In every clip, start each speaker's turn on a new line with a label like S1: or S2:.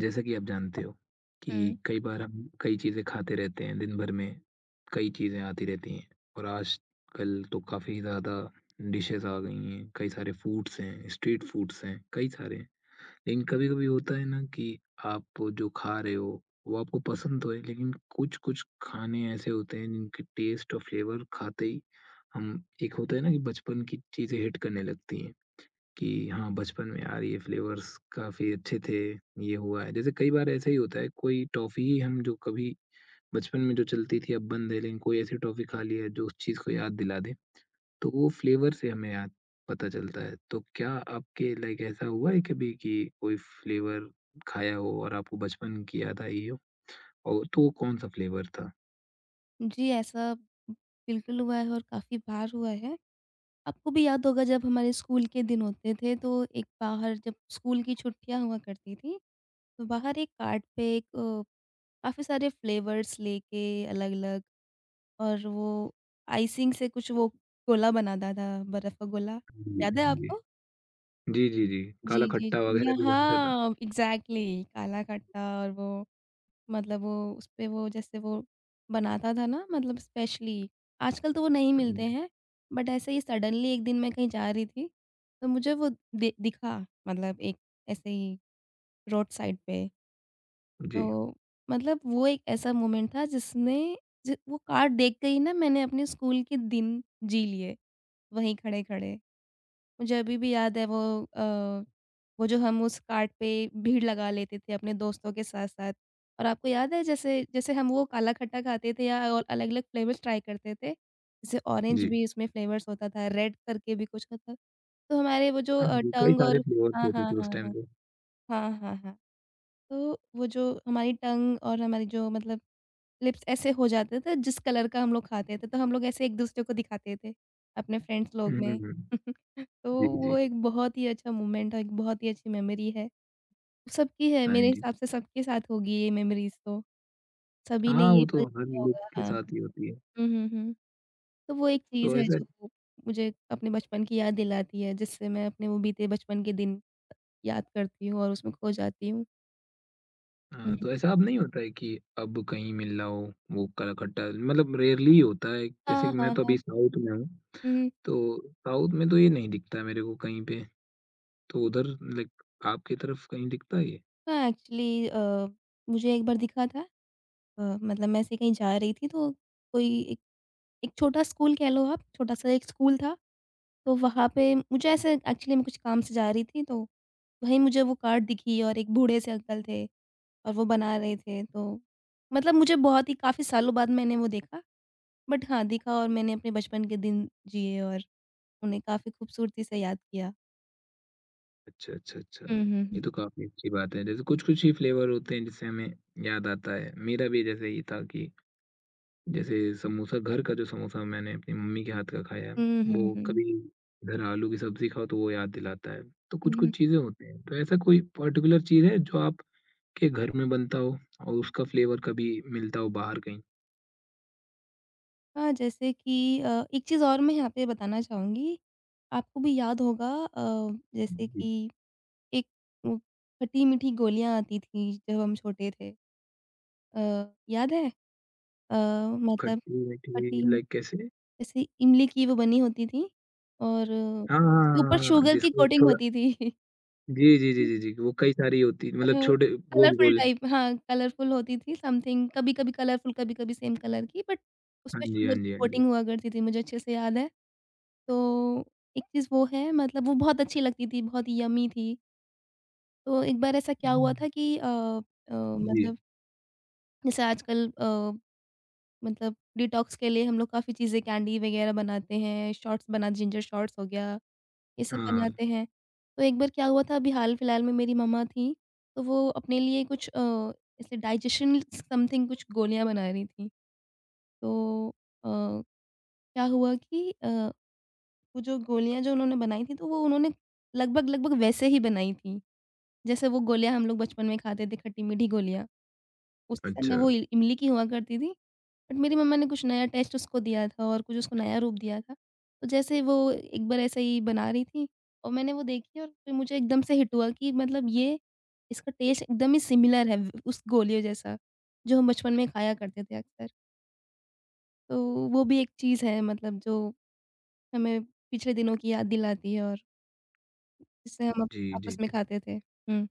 S1: जैसा कि आप जानते हो कि
S2: हुँ।
S1: कई बार हम कई चीज़ें खाते रहते हैं दिन भर में, कई चीज़ें आती रहती हैं और आजकल तो काफ़ी ज़्यादा डिशेज़ आ गई हैं, कई सारे फूड्स हैं, स्ट्रीट फूड्स हैं, कई सारे हैं। लेकिन कभी-कभी होता है ना कि आप जो खा रहे हो, वो आपको पसंद तो है लेकिन कुछ-कुछ खाने ऐसे होते हैं जिनके टेस्ट और फ्लेवर खाते ही हम एक होता है ना कि बचपन की चीज़ें हिट करने लगती हैं। कि हाँ, बचपन में यार ये फ्लेवर्स काफ़ी अच्छे थे, ये हुआ है। जैसे कई बार ऐसा ही होता है कोई टॉफ़ी ही हम जो कभी बचपन में जो चलती थी अब बंद है लेकिन कोई ऐसी टॉफ़ी खा ली है जो उस चीज़ को याद दिला दे, तो वो फ्लेवर से हमें याद पता चलता है। तो क्या आपके लाइक ऐसा हुआ है कभी कि कोई फ्लेवर खाया हो और आपको बचपन की याद आई हो? और तो वो कौन-सा फ्लेवर था?
S2: जी, ऐसा बिल्कुल हुआ है और काफ़ी बार हुआ है। आपको भी याद होगा जब हमारे स्कूल के दिन होते थे तो एक बाहर जब स्कूल की छुट्टियाँ हुआ करती थी, तो बाहर एक कार्ट पे एक काफ़ी सारे फ्लेवर्स लेके अलग-अलग और वो आइसिंग से कुछ वो गोला बनाता था, बर्फ़ का गोला।
S1: जी,
S2: याद है
S1: जी।
S2: आपको?
S1: जी, जी, जी।
S2: जी,
S1: काला
S2: जी,
S1: खट्टा
S2: जी।
S1: वग़ैरह भी बनता था।
S2: यहाँ एग्ज़ैक्टली काला खट्टा और वो मतलब वो उसपे वो जैसे वो बनाता था ना मतलब स्पेशली, आजकल तो वो नहीं मिलते
S1: हुँ,
S2: हैं, बट ऐसे ही सडनली एक दिन मैं कहीं जा रही थी, तो मुझे वो दि दिखा मतलब एक ऐसे ही रोड साइड पे।
S1: जी,
S2: तो मतलब वो एक ऐसा मोमेंट था जिसने जि वो कार्ड देख के ही ना मैंने अपने स्कूल के दिन जी लिए, वहीं खड़े-खड़े। मुझे अभी भी याद है अ, वो जो हम उस कार्ट पे भीड़ लगा लेते थे अपने दोस्तों के साथ-साथ। और आपको याद है जैसे जैसे हम वो काला खट्टा खाते थे या और अलग-अलग फ्लेवर्स ट्राई करते थे, जैसे ऑरेंज
S1: जी।
S2: भी उसमें फ्लेवर्स होता था, रेड करके भी कुछ होता था, तो हमारे वो जो
S1: हाँ जी, कई
S2: टंग
S1: सारे
S2: और
S1: फ्लेवर्स
S2: हाँ,
S1: होते थे
S2: हाँ,
S1: उस
S2: हाँ,
S1: टाइम
S2: हाँ।
S1: पे।
S2: हाँ, हाँ, हाँ। हाँ, तो वो जो हमारी टंग और हमारी जो मतलब लिप्स ऐसे हो जाते थे जिस कलर का हम लोग खाते थे, तो हम लोग ऐसे एक-दूसरे को दिखाते थे, अपने फ्रेंड्स लोग में।
S1: हुँ।
S2: तो
S1: जी,
S2: वो
S1: जी।
S2: एक बहुत ही अच्छा मोमेंट है, एक बहुत ही अच्छी मेमोरी है। सबकी है
S1: हाँ
S2: मेरे
S1: जी।
S2: हिसाब से सबके साथ होगी ये मेमोरीज़ तो, सभी ने
S1: हाँ,
S2: ये
S1: वो
S2: पल
S1: तो हर
S2: जिया
S1: लोग
S2: होगा
S1: के
S2: हाँ,
S1: साथ
S2: हाँ।
S1: ही होती है।
S2: हुँ, हुँ, हुँ। तो वो एक चीज़
S1: तो
S2: है
S1: ऐसा
S2: जो मुझे अपने बचपन की याद दिलाती है, जिससे मैं अपने वो बीते बचपन के दिन याद करती हूँ और उसमें खो जाती हूँ। हुँ।
S1: हाँ, तो ऐसा अब नहीं होता है कि अब कहीं मिल रहा हो वो कलाकट्टा मतलब रेयरली ही होता है। जैसे कि
S2: हाँ,
S1: मैं
S2: हाँ,
S1: तो अभी
S2: हाँ।
S1: साउथ में हूँ,
S2: हुँ, हुँ।
S1: तो साउथ में तो ये नहीं दिखता है मेरे को कहीं पे। तो उधर लाइक आपकी तरफ कहीं दिखता है ये?
S2: हाँ, एक्चुअली मुझे एक बार दिखा था मतलब मैं ऐसे कहीं जा रही थी तो कोई एक एक छोटा स्कूल कह लो आप, छोटा-सा एक स्कूल था, तो वहाँ पे मुझे ऐसे एक्चुअली मैं कुछ काम से जा रही थी तो, वहीं मुझे वो कार्ड दिखी और एक बूढ़े से अंकल थे और वो बना रहे थे तो, मतलब मुझे बहुत ही काफ़ी सालों बाद मैंने वो देखा, बट हाँ, दिखा और मैंने अपने बचपन के दिन जिए और उन्हें काफ़ी खूबसूरती से याद किया।
S1: अच्छा, अच्छा, अच्छा।
S2: हुँ, हुँ,
S1: ये
S2: हुँ।
S1: तो काफ़ी अच्छी बात है। जैसे कुछ-कुछ ही फ्लेवर होते हैं जिससे हमें याद आता है। मेरा भी जैसे ये था कि जैसे समोसा घर का जो समोसा मैंने अपनी मम्मी के हाथ का खाया है,
S2: हुँ,
S1: वो
S2: हुँ,
S1: कभी इधर आलू की सब्ज़ी खाओ तो वो याद दिलाता है। तो
S2: हुँ।
S1: कुछ-कुछ चीज़ें होती हैं, तो ऐसा कोई पर्टिकुलर चीज़ है जो आपके घर में बनता हो और उसका फ्लेवर कभी मिलता हो बाहर कहीं?
S2: हाँ, जैसे कि एक चीज़ और मैं यहाँ पे बताना चाहूँगी, आपको भी याद होगा जैसे
S1: जी,
S2: कि एक उ खट्टी-मीठी गोलियाँ आती थीं जब हम छोटे थे। अ, याद है? मतलब
S1: खट्टी-मीठी
S2: खट्टी मी
S1: लाइक कैसे?
S2: जैसे इमली की वो बनी होती थी और
S1: हाँ, हाँ, हाँ,
S2: उसके ऊपर
S1: हाँ, हाँ, हाँ,
S2: शुगर की
S1: जिसको
S2: कोटिंग
S1: थोड़ा
S2: होती थी।
S1: जी, जी, जी, जी, जी, वो कई सारी होती है
S2: अ,
S1: मतलब छोटे
S2: कलरफुल
S1: गोल-गोल।
S2: टाइप हाँ, कलरफुल होती थी समथिंग कभी-कभी कलरफुल, कभी-कभी सेम कलर की बट
S1: हाँ
S2: उसमें
S1: जी, हाँ
S2: शुगर की
S1: जी, हाँ जी।
S2: कोटिंग हुआ करती थी, मुझे अच्छे से याद है। तो एक चीज़ वो है मतलब वो बहुत अच्छी लगती थी, बहुत यम्मी थी। तो एक बार ऐसा क्या हुआ
S1: हुँ,
S2: था कि
S1: जी।
S2: मतलब जैसे आजकल मतलब डिटॉक्स के लिए हम लोग काफ़ी चीज़ें कैंडी वग़ैरह बनाते हैं, शॉट्स बना जिंजर शॉट्स हो गया, ये सब
S1: हाँ,
S2: बनाते हैं। तो एक बार क्या हुआ था अभी हाल-फिलहाल में मेरी मम्मा थीं, तो वो अपने लिए कुछ ऐसे डाइजेशन समथिंग कुछ गोलियाँ बना रही थीं। तो अ, क्या हुआ कि वो जो गोलियाँ जो उन्होंने बनाई थी, तो वो उन्होंने लगभग-लगभग वैसे ही बनाई थी। जैसे वो गोलियाँ हम लोग बचपन में खाते थे, खट्टी-मीठी गोलियाँ। उस समय
S1: अच्छा।
S2: वो इ इमली की हुआ करती थी, बट मेरी मम्मा ने कुछ नया टेस्ट उसको दिया था और कुछ उसको नया रूप दिया था। तो जैसे वो एक बार ऐसे ही बना रही थी और मैंने वो देखी और फिर मुझे एकदम से हिट हुआ कि मतलब ये इसका टेस्ट एकदम ही सिमिलर है उस गोलियों जैसा, जो हम बचपन में खाया करते थे अक्सर। तो वो भी एक चीज़ है मतलब जो हमें पिछले दिनों की याद दिलाती है और जिसे हम अप
S1: जी, जी,
S2: आपस में
S1: जी।
S2: खाते थे। हुँ।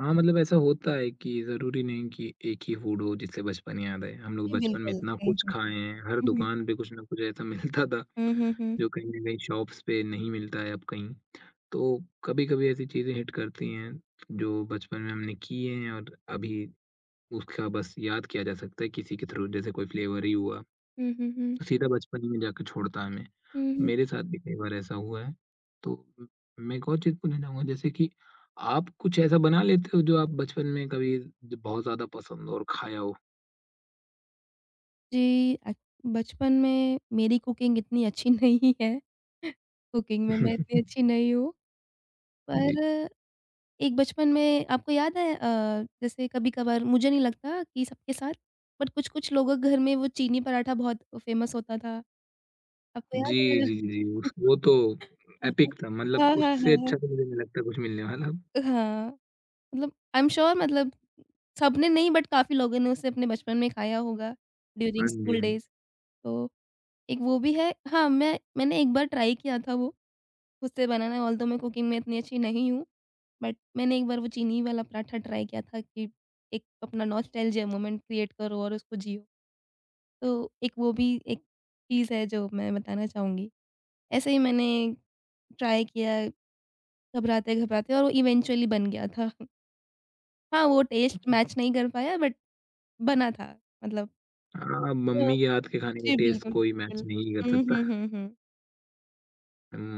S1: हाँ, मतलब ऐसा होता है कि ज़रूरी नहीं कि एक ही फूड हो जिससे बचपन याद आए। हम लोग
S2: जी,
S1: बचपन में
S2: बिल्कुल।
S1: इतना
S2: हुँ,
S1: कुछ
S2: हुँ।
S1: खाए हैं, हर
S2: हुँ, हुँ।
S1: दुकान पे कुछ ना कुछ ऐसा मिलता था
S2: हुँ, हुँ, हुँ।
S1: जो कहीं न कहीं शॉप्स पे नहीं मिलता है अब कहीं। तो कभी-कभी ऐसी चीज़ें हिट करती हैं जो बचपन में हमने किए हैं और अभी उसका बस याद किया जा सकता है किसी के थ्रू जैसे कोई फ्लेवर ही हुआ।
S2: हुँ, हुँ, हुँ।
S1: सीधा बचपन में जाके छोड़ता है हमें।
S2: हुँ, हुँ।
S1: मेरे साथ भी कई बार ऐसा हुआ है। तो उम, मैं एक और चीज़ पूछना चाहूँगा जैसे कि आप कुछ ऐसा बना लेते हो जो आप बचपन में कभी ज बहुत ज़्यादा पसंद हो और खाया हो?
S2: जी, बचपन में मेरी कुकिंग इतनी अच्छी नहीं है। कुकिंग में मैं इतनी अच्छी नहीं हूँ,
S1: जी।
S2: पर एक बचपन में आपको याद है जैसे कभी-कभार मुझे नहीं लगता कि सबके साथ, बट कुछ-कुछ लोगों के घर में वो चीनी पराठा बहुत फ़ेमस होता था। आपको याद
S1: जी,
S2: है?
S1: जी, जी, जी। उस वो तो एपिक था
S2: हाँ,
S1: मतलब
S2: हाँ, हाँ,
S1: उससे
S2: हाँ।
S1: अच्छा तो मुझे नहीं लगता कुछ मिलने वाला।
S2: हाँ, मतलब आई एम श्योर मतलब सबने नहीं बट काफ़ी लोगों ने उसे अपने बचपन में खाया होगा
S1: हाँ
S2: ड्यूरिंग
S1: जी,
S2: स्कूल
S1: हाँ जी।
S2: डेज़। तो एक वो भी है हाँ, मैंने एक बार ट्राई किया था वो खुद से बनाना ऑल्दो मैं कुकिंग में इतनी अच्छी नहीं हूँ। बट मैंने एक बार वो चीनी वाला पराठा ट्राई किया था कि एक अपना नॉस्टैल्जिया मोमेंट क्रिएट करो और उसको जियो। तो एक वो भी एक चीज़ है जो मैं बताना चाहूँगी। ऐसे ही मैंने ट्राई किया घबराते-घबराते और वो इवेंचुअली बन गया था। हाँ, वो टेस्ट मैच नहीं कर पाया बट बना था मतलब
S1: हाँ, मम्मी के हाथ के खाने का
S2: जी,
S1: टेस्ट
S2: बिल्कुल,
S1: कोई मैच
S2: बिल्कुल।
S1: नहीं कर
S2: हुँ,
S1: सकता।
S2: हुँ, हुँ, हुँ।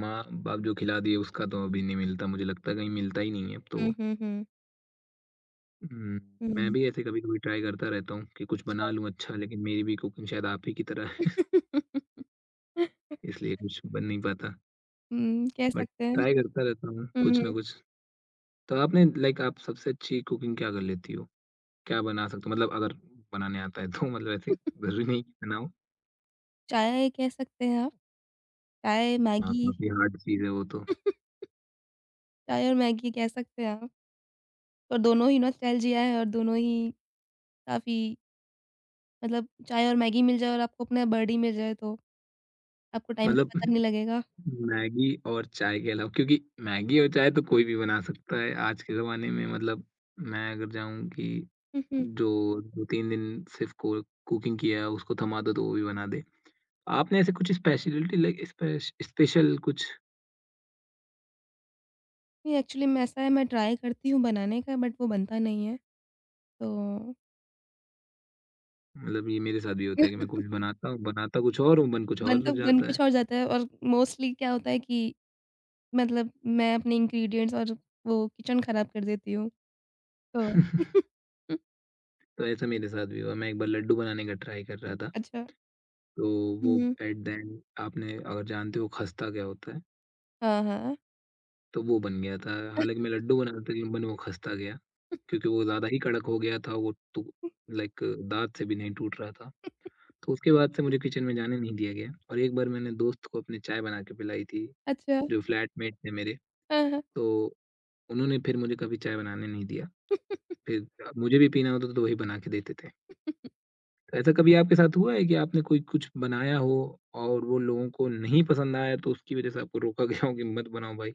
S1: माँ-बाप जो खिला दिए उसका तो अभी नहीं मिलता मुझे लगता है कहीं मिलता ही नहीं है अब तो।
S2: हुँ, हुँ, हुँ।
S1: हुँ, मैं
S2: हुँ,
S1: भी ऐसे कभी-कभी ट्राई करता रहता हूँ कि कुछ बना
S2: अच्छा।
S1: लूँ अच्छा, लेकिन मेरी भी कुकिंग शायद आप ही की तरह है, इसलिए कुछ बन नहीं पाता।
S2: हुँ, कह
S1: बट
S2: सकते हैं।
S1: ट्राई करता रहता हूँ
S2: हुँ,
S1: कुछ
S2: हुँ।
S1: ना कुछ। तो आपने लाइक आप सबसे अच्छी कुकिंग क्या कर लेती हो? क्या बना सकते हो? मतलब अगर बनाने आता है तो मतलब ऐसे ज़रूरी नहीं कि बनाओ।
S2: चाय कह सकते हैं आप, चाय,
S1: हाँ,
S2: मैगी
S1: काफ़ी हार्ड चीज़ है वो तो।
S2: चाय और मैगी कह सकते हैं आप और दोनों ही नॉस्टैल्जिया है और दोनों ही काफ़ी मतलब चाय और मैगी मिल जाए और आपको अपना बर्डी मिल जाए तो आपको टाइम का
S1: मतलब
S2: पता नहीं लगेगा।
S1: मैगी और चाय के अलावा क्योंकि मैगी और चाय तो कोई भी बना सकता है आज के ज़माने में। मतलब मैं अगर जाऊँ कि
S2: हुँ, हुँ।
S1: जो 2-3 दिन सिर्फ़ को कुकिंग किया है, उसको थमा दो, तो वो भी बना दे। आपने ऐसे कुछ स्पेशलिटी लाइक स्पेश स्पेशल कुछ
S2: नहीं एक्चुअली में ऐसा है मैं ट्राई करती हूँ बनाने का बट वो बनता नहीं है, तो
S1: मतलब ये मेरे साथ भी होता है कि मैं कुछ बनाता हूँ, बनाता कुछ और हूँ, बन कुछ और हो
S2: बनता बन
S1: जाता है।
S2: कुछ और जाता है और मोस्टली क्या होता है कि मतलब मैं अपने इंग्रीडिएंट्स और वो किचन खराब कर देती हूँ, तो
S1: तो ऐसा मेरे साथ भी हुआ। मैं एक बार लड्डू बनाने का ट्राई कर रहा था,
S2: अच्छा।
S1: तो वो
S2: हुँ,
S1: एट द एंड आपने अगर जानते हो खस्ता क्या होता है,
S2: हाँ, हाँ।
S1: तो वो बन गया था। हालाँकि मैं लड्डू बना रहा था, लेकिन बन वो खस्ता गया, क्योंकि वो ज़्यादा ही कड़क हो गया था, वो तो लाइक दाँत से भी नहीं टूट रहा था। तो उसके बाद से मुझे किचन में जाने नहीं दिया गया और एक बार मैंने दोस्त को अपनी चाय बना के पिलाई थी,
S2: अच्छा,
S1: जो फ्लैटमेट थे मेरे,
S2: हाँ, हाँ।
S1: तो उन्होंने फिर मुझे कभी चाय बनाने नहीं दिया। फिर मुझे भी पीना होता था तो वही बना के देते थे। तो ऐसा कभी आपके साथ हुआ है कि आपने कोई कुछ बनाया हो और वो लोगों को नहीं पसंद आया तो उसकी वज़ह से आपको रोका गया हो कि मत बनाओ भाई?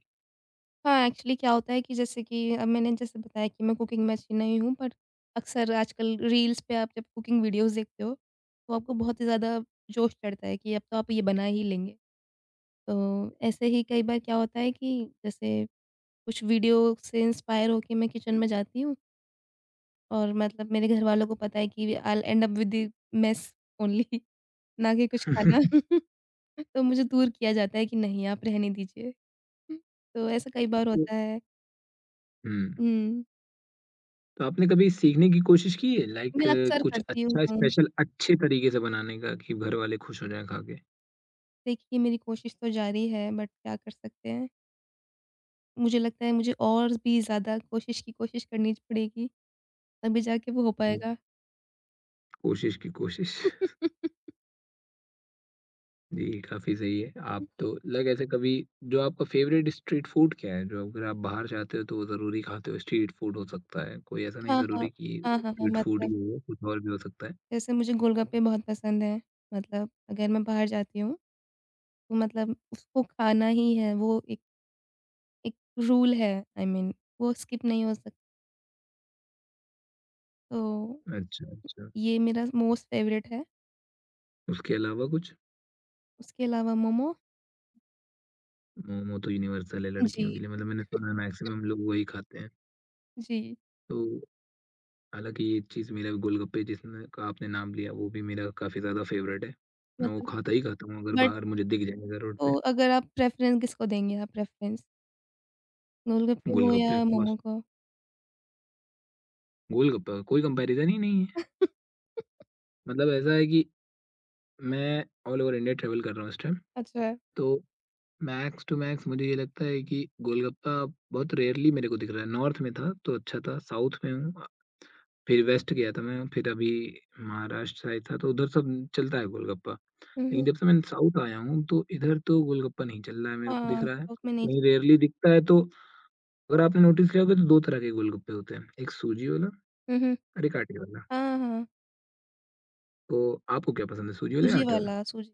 S2: हाँ, एक्चुअली क्या होता है कि जैसे कि अब मैंने जैसे बताया कि मैं कुकिंग में अच्छी नहीं हूँ, बट अक्सर आजकल रील्स पे आप जब कुकिंग वीडियोज़ देखते हो, तो आपको बहुत ही ज़्यादा जोश चढ़ता है कि अब तो आप ये बना ही लेंगे। तो ऐसे ही कई बार क्या होता है कि जैसे कुछ वीडियो से इंस्पायर होके मैं किचन में जाती हूँ और मतलब मेरे घरवालों को पता है कि I will end up with the mess only ना कि कुछ खाना। तो मुझे दूर किया जाता है कि नहीं आप रहने दीजिए। तो ऐसा कई बार
S1: तो
S2: होता है।
S1: हुँ,
S2: हुँ,
S1: तो आपने कभी सीखने की कोशिश की है लाइक
S2: मैं अक्सर
S1: कुछ
S2: करती हूँ।
S1: अच्छा
S2: हाँ,
S1: स्पेशल अच्छे तरीके से बनाने का कि घरवाले खुश हो जाएँ खा के?
S2: देखिए मेरी कोशिश तो जारी है बट क्या कर सकते हैं। मुझे लगता है मुझे और भी ज़्यादा कोशिश की कोशिश करनी पड़ेगी तभी जाके वो हो
S1: हुँ,
S2: पाएगा।
S1: कोशिश की कोशिश। जी, काफ़ी सही है। आप तो लग ऐसे कभी जो आपका फेवरेट स्ट्रीट फ़ूड क्या है? जो अगर आप बाहर जाते हो तो ज़रूरी खाते हो, स्ट्रीट फ़ूड हो सकता है, कोई ऐसा नहीं
S2: हाँ, हाँ।
S1: ज़रूरी कि
S2: हाँ, हाँ, हाँ,
S1: स्ट्रीट फ़ूड ही
S2: मतलब
S1: हो, कुछ और भी हो सकता है।
S2: जैसे मुझे गोलगप्पे बहुत पसंद हैं। मतलब अगर मैं बाहर जाती हूँ तो मतलब उसको खाना ही है, वो एक एक रूल है आई I मीन mean, वो स्किप नहीं हो सकता। तो
S1: अच्छा, अच्छा।
S2: ये मेरा मोस्ट फ़ेवरेट है।
S1: उसके अलावा कुछ?
S2: उसके अलावा मोमो
S1: मोमो तो यूनिवर्सल है लड़कियों
S2: जी,
S1: के लिए, मतलब मैंने सुना है मैक्सिमम लोग वही खाते हैं।
S2: जी।
S1: तो हालाँकि ये चीज़ मेरा भी गोलगप्पे जिसमें का आपने नाम लिया, वो भी मेरा काफ़ी ज़्यादा फेवरेट है। मैं वो
S2: मतलब
S1: खाता ही खाता हूँ, अगर
S2: बट
S1: बाहर मुझे दिख जाएगा रोड
S2: तो
S1: पे,
S2: अगर आप प्रेफ़रेंस किसको देंगे आप प्रेफ़रेंस? गोलगप्पे को
S1: गोलगप्पे
S2: या
S1: ऑफ कोर्स।
S2: मोमो को?
S1: गोलगप्पे का कोई कंपैरिज़न ही नहीं है। मतलब ऐसा है कि मैं ऑल ओवर इंडिया ट्रैवल कर रहा हूँ इस टाइम,
S2: अच्छा।
S1: तो मैक्स टू मैक्स मुझे ये लगता है कि गोलगप्पा बहुत रेयरली मेरे को दिख रहा है। नॉर्थ में था तो अच्छा था, साउथ में हूँ फिर वेस्ट गया था मैं, फिर अभी महाराष्ट्र साइड था, तो उधर सब चलता है गोलगप्पा।
S2: हुँ, हुँ।
S1: लेकिन जब से मैं साउथ आया हूँ, तो इधर तो गोलगप्पा नहीं चल रहा है, मेरे को दिख
S2: हाँ,
S1: रहा है।
S2: साउथ में नहीं
S1: कहीं रेयरली दिखता है तो अगर आपने नोटिस किया होगा तो 2 तरह के गोलगप्पे होते हैं, एक सूजी वाला
S2: हुँ, हुँ।
S1: और एक आटे वाला।
S2: हाँ, हाँ।
S1: तो आपको क्या पसंद है सूजी वाला या
S2: सूजी
S1: आटे वाला?
S2: वाला सूजी।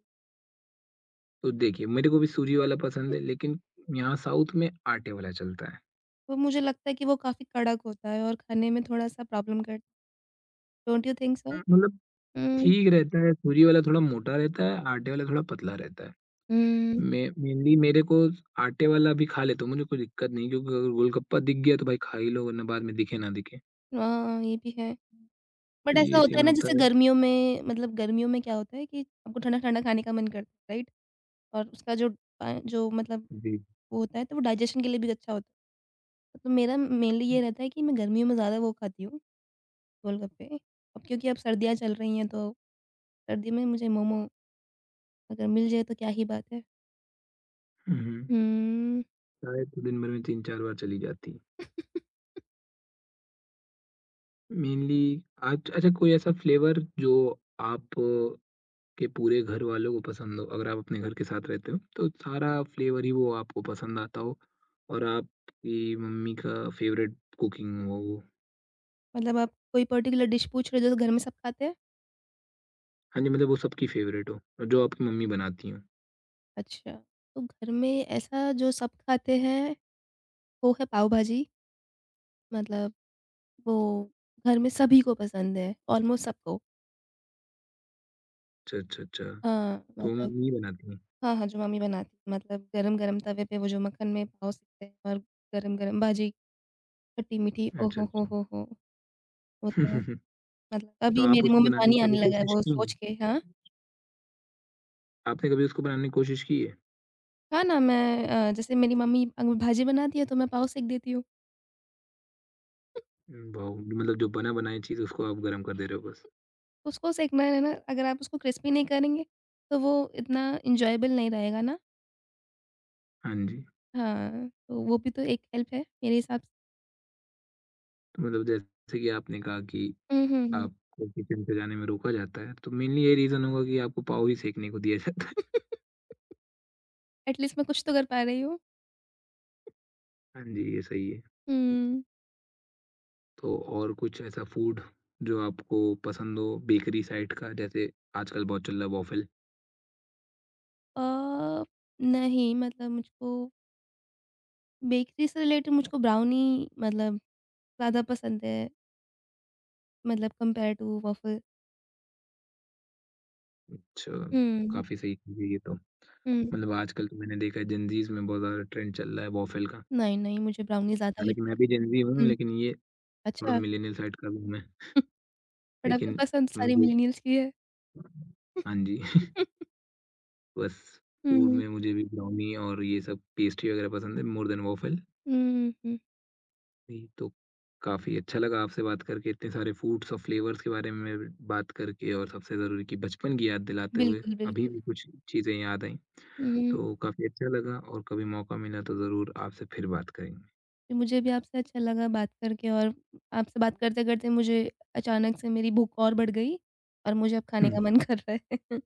S1: तो देखिए मेरे को भी सूजी वाला पसंद है लेकिन यहाँ साउथ में आटे वाला चलता है।
S2: वो मुझे लगता है कि वो काफ़ी कड़क होता है और खाने में थोड़ा-सा प्रॉब्लम कर डोंट यू थिंक सो?
S1: हुँ। मतलब
S2: हुँ।
S1: ठीक रहता है, सूजी वाला थोड़ा मोटा रहता है, आटे वाला थोड़ा पतला रहता है।
S2: हुँ।
S1: मैं मेनली मेरे को आटे वाला भी खा लेता हूँ, मुझे कोई दिक्कत नहीं क्योंकि अगर गोलगप्पा दिख गया तो भाई खा ही लो वरना बाद में दिखे ना दिखे।
S2: हाँ, ये भी है।
S1: तो
S2: बट ऐसा
S1: ये
S2: होता
S1: सीन
S2: है ना
S1: होता
S2: जैसे
S1: है।
S2: गर्मियों में मतलब गर्मियों में क्या होता है कि आपको ठंडा-ठंडा खाने का मन करता है, राइट? और उसका जो जो मतलब
S1: जी।
S2: वो होता है तो वो डाइजेशन के लिए भी अच्छा होता है। तो मेरा मेनली ये रहता है कि मैं गर्मियों में ज़्यादा वो खाती हूँ, गोलगप्पे। अब क्योंकि अब सर्दियाँ चल रही हैं तो सर्दी में मुझे मोमो अगर मिल जाए तो क्या ही बात है।
S1: हुँ, हुँ।
S2: हुँ,
S1: चाय तो दिन भर में 3-4 बार चली जाती है। मेनली आज अच्छा कोई ऐसा फ्लेवर जो आप के पूरे घर वालों को पसंद हो, अगर आप अपने घर के साथ रहते हो, तो सारा फ्लेवर ही वो आपको पसंद आता हो और आपकी मम्मी का फ़ेवरेट कुकिंग हो वो।
S2: मतलब आप कोई पर्टिकुलर डिश पूछ रहे हो जो घर में सब खाते हैं?
S1: हाँ जी, मतलब वो सबकी फ़ेवरेट हो और जो आपकी मम्मी बनाती हों।
S2: अच्छा, तो घर में ऐसा जो सब खाते हैं वो है पाव भाजी मतलब वो घर में सभी को पसंद है, ऑलमोस्ट सबको।
S1: अच्छा, अच्छा, अच्छा,
S2: हाँ,
S1: तो
S2: मतलब
S1: मम्मी ही बनाती हैं।
S2: हाँ, हाँ, जो मम्मी बनाती है मतलब गरम-गरम तवे पे वो जो मक्खन में पाव सेकते हैं और गरम-गरम भाजी, खट्टी-मीठी, ओ
S1: अच्छा, अच्छा।
S2: हो हो! वो तो मतलब
S1: तो
S2: अभी
S1: आप
S2: मेरे
S1: उसको
S2: मुँह में
S1: बनाने
S2: पानी
S1: की कभी
S2: आने लगा है
S1: कोशिश
S2: वो
S1: की
S2: सोच के।
S1: हैं?
S2: हाँ,
S1: आपने कभी उसको बनाने की कोशिश की है?
S2: हाँ ना मैं जैसे मेरी मम्मी अगर भाजी बनाती है तो मैं पाव सेक देती हूँ।
S1: वाओ! मतलब जो बना-बनाई चीज़ उसको आप गरम कर दे रहे हो बस।
S2: उसको सेकना है ना, अगर आप उसको क्रिस्पी नहीं करेंगे तो वो इतना एन्जॉयबल नहीं रहेगा ना।
S1: हाँ जी,
S2: हाँ, तो वो भी तो एक हेल्प है मेरे हिसाब से।
S1: तो मतलब जैसे कि आपने कहा कि
S2: हुँ, हुँ, हुँ।
S1: आपको किचन पे जाने में रोका जाता है, तो मेनली ये रीज़न होगा कि आपको पाव ही सेंकने को दिया जाता है।
S2: एट लीस्ट मैं कुछ तो कर पा रही हूँ।
S1: हाँ जी, ये सही है।
S2: हुँ।
S1: तो और कुछ ऐसा फूड जो आपको पसंद हो बेकरी साइड का जैसे आजकल बहुत चल रहा है वॉफल।
S2: अ, नहीं मतलब मुझको बेकरी से रिलेटेड मुझको ब्राउनी मतलब ज़्यादा पसंद है मतलब कंपेयर टू वफ़ल।
S1: अच्छा,
S2: हुँ,
S1: काफ़ी सही चीज़ है ये तो।
S2: हुँ।
S1: मतलब आजकल तो मैंने देखा है जेनज़ीज़ में बहुत ज़्यादा ट्रेंड चल रहा है वॉफल का।
S2: नहीं, नहीं मुझे ब्राउनी ज़्यादा हिट
S1: हालाँकि मैं
S2: कर
S1: भी जेनज़ी हूँ
S2: हुँ,
S1: लेकिन ये थोड़ा
S2: अच्छा
S1: मिलेनियल साइड का भी हूँ मैं।
S2: बट आपकी
S1: लेकिन
S2: पसंद सारी
S1: मुझे
S2: मिलेनियल्स की है।
S1: हाँ जी, बस फूड
S2: हुँ,
S1: में मुझे भी ब्राउनी और ये सब पेस्ट्री वग़ैरह पसंद है मोर देन वॉफल।
S2: हुँ, हुँ।
S1: जी, तो काफ़ी अच्छा लगा आपसे बात करके, इतने सारे फूड्स और फ्लेवर्स के बारे में बात करके और सबसे ज़रूरी कि बचपन की याद दिलाते हुए
S2: बिल्कुल,
S1: अभी
S2: बिल्कुल।
S1: भी कुछ चीज़ें याद आईं।
S2: हुँ।
S1: तो काफ़ी अच्छा लगा और कभी मौका मिला तो ज़रूर आपसे फिर बात करेंगे।
S2: मुझे भी आपसे अच्छा लगा बात करके और आपसे बात करते-करते मुझे अचानक से मेरी भूख और बढ़ गई और मुझे अब खाने का मन कर रहा है।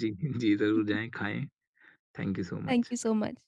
S1: जी, जी, ज़रूर जाएँ, खाएँ। Thank you so
S2: thank
S1: much.
S2: You so much.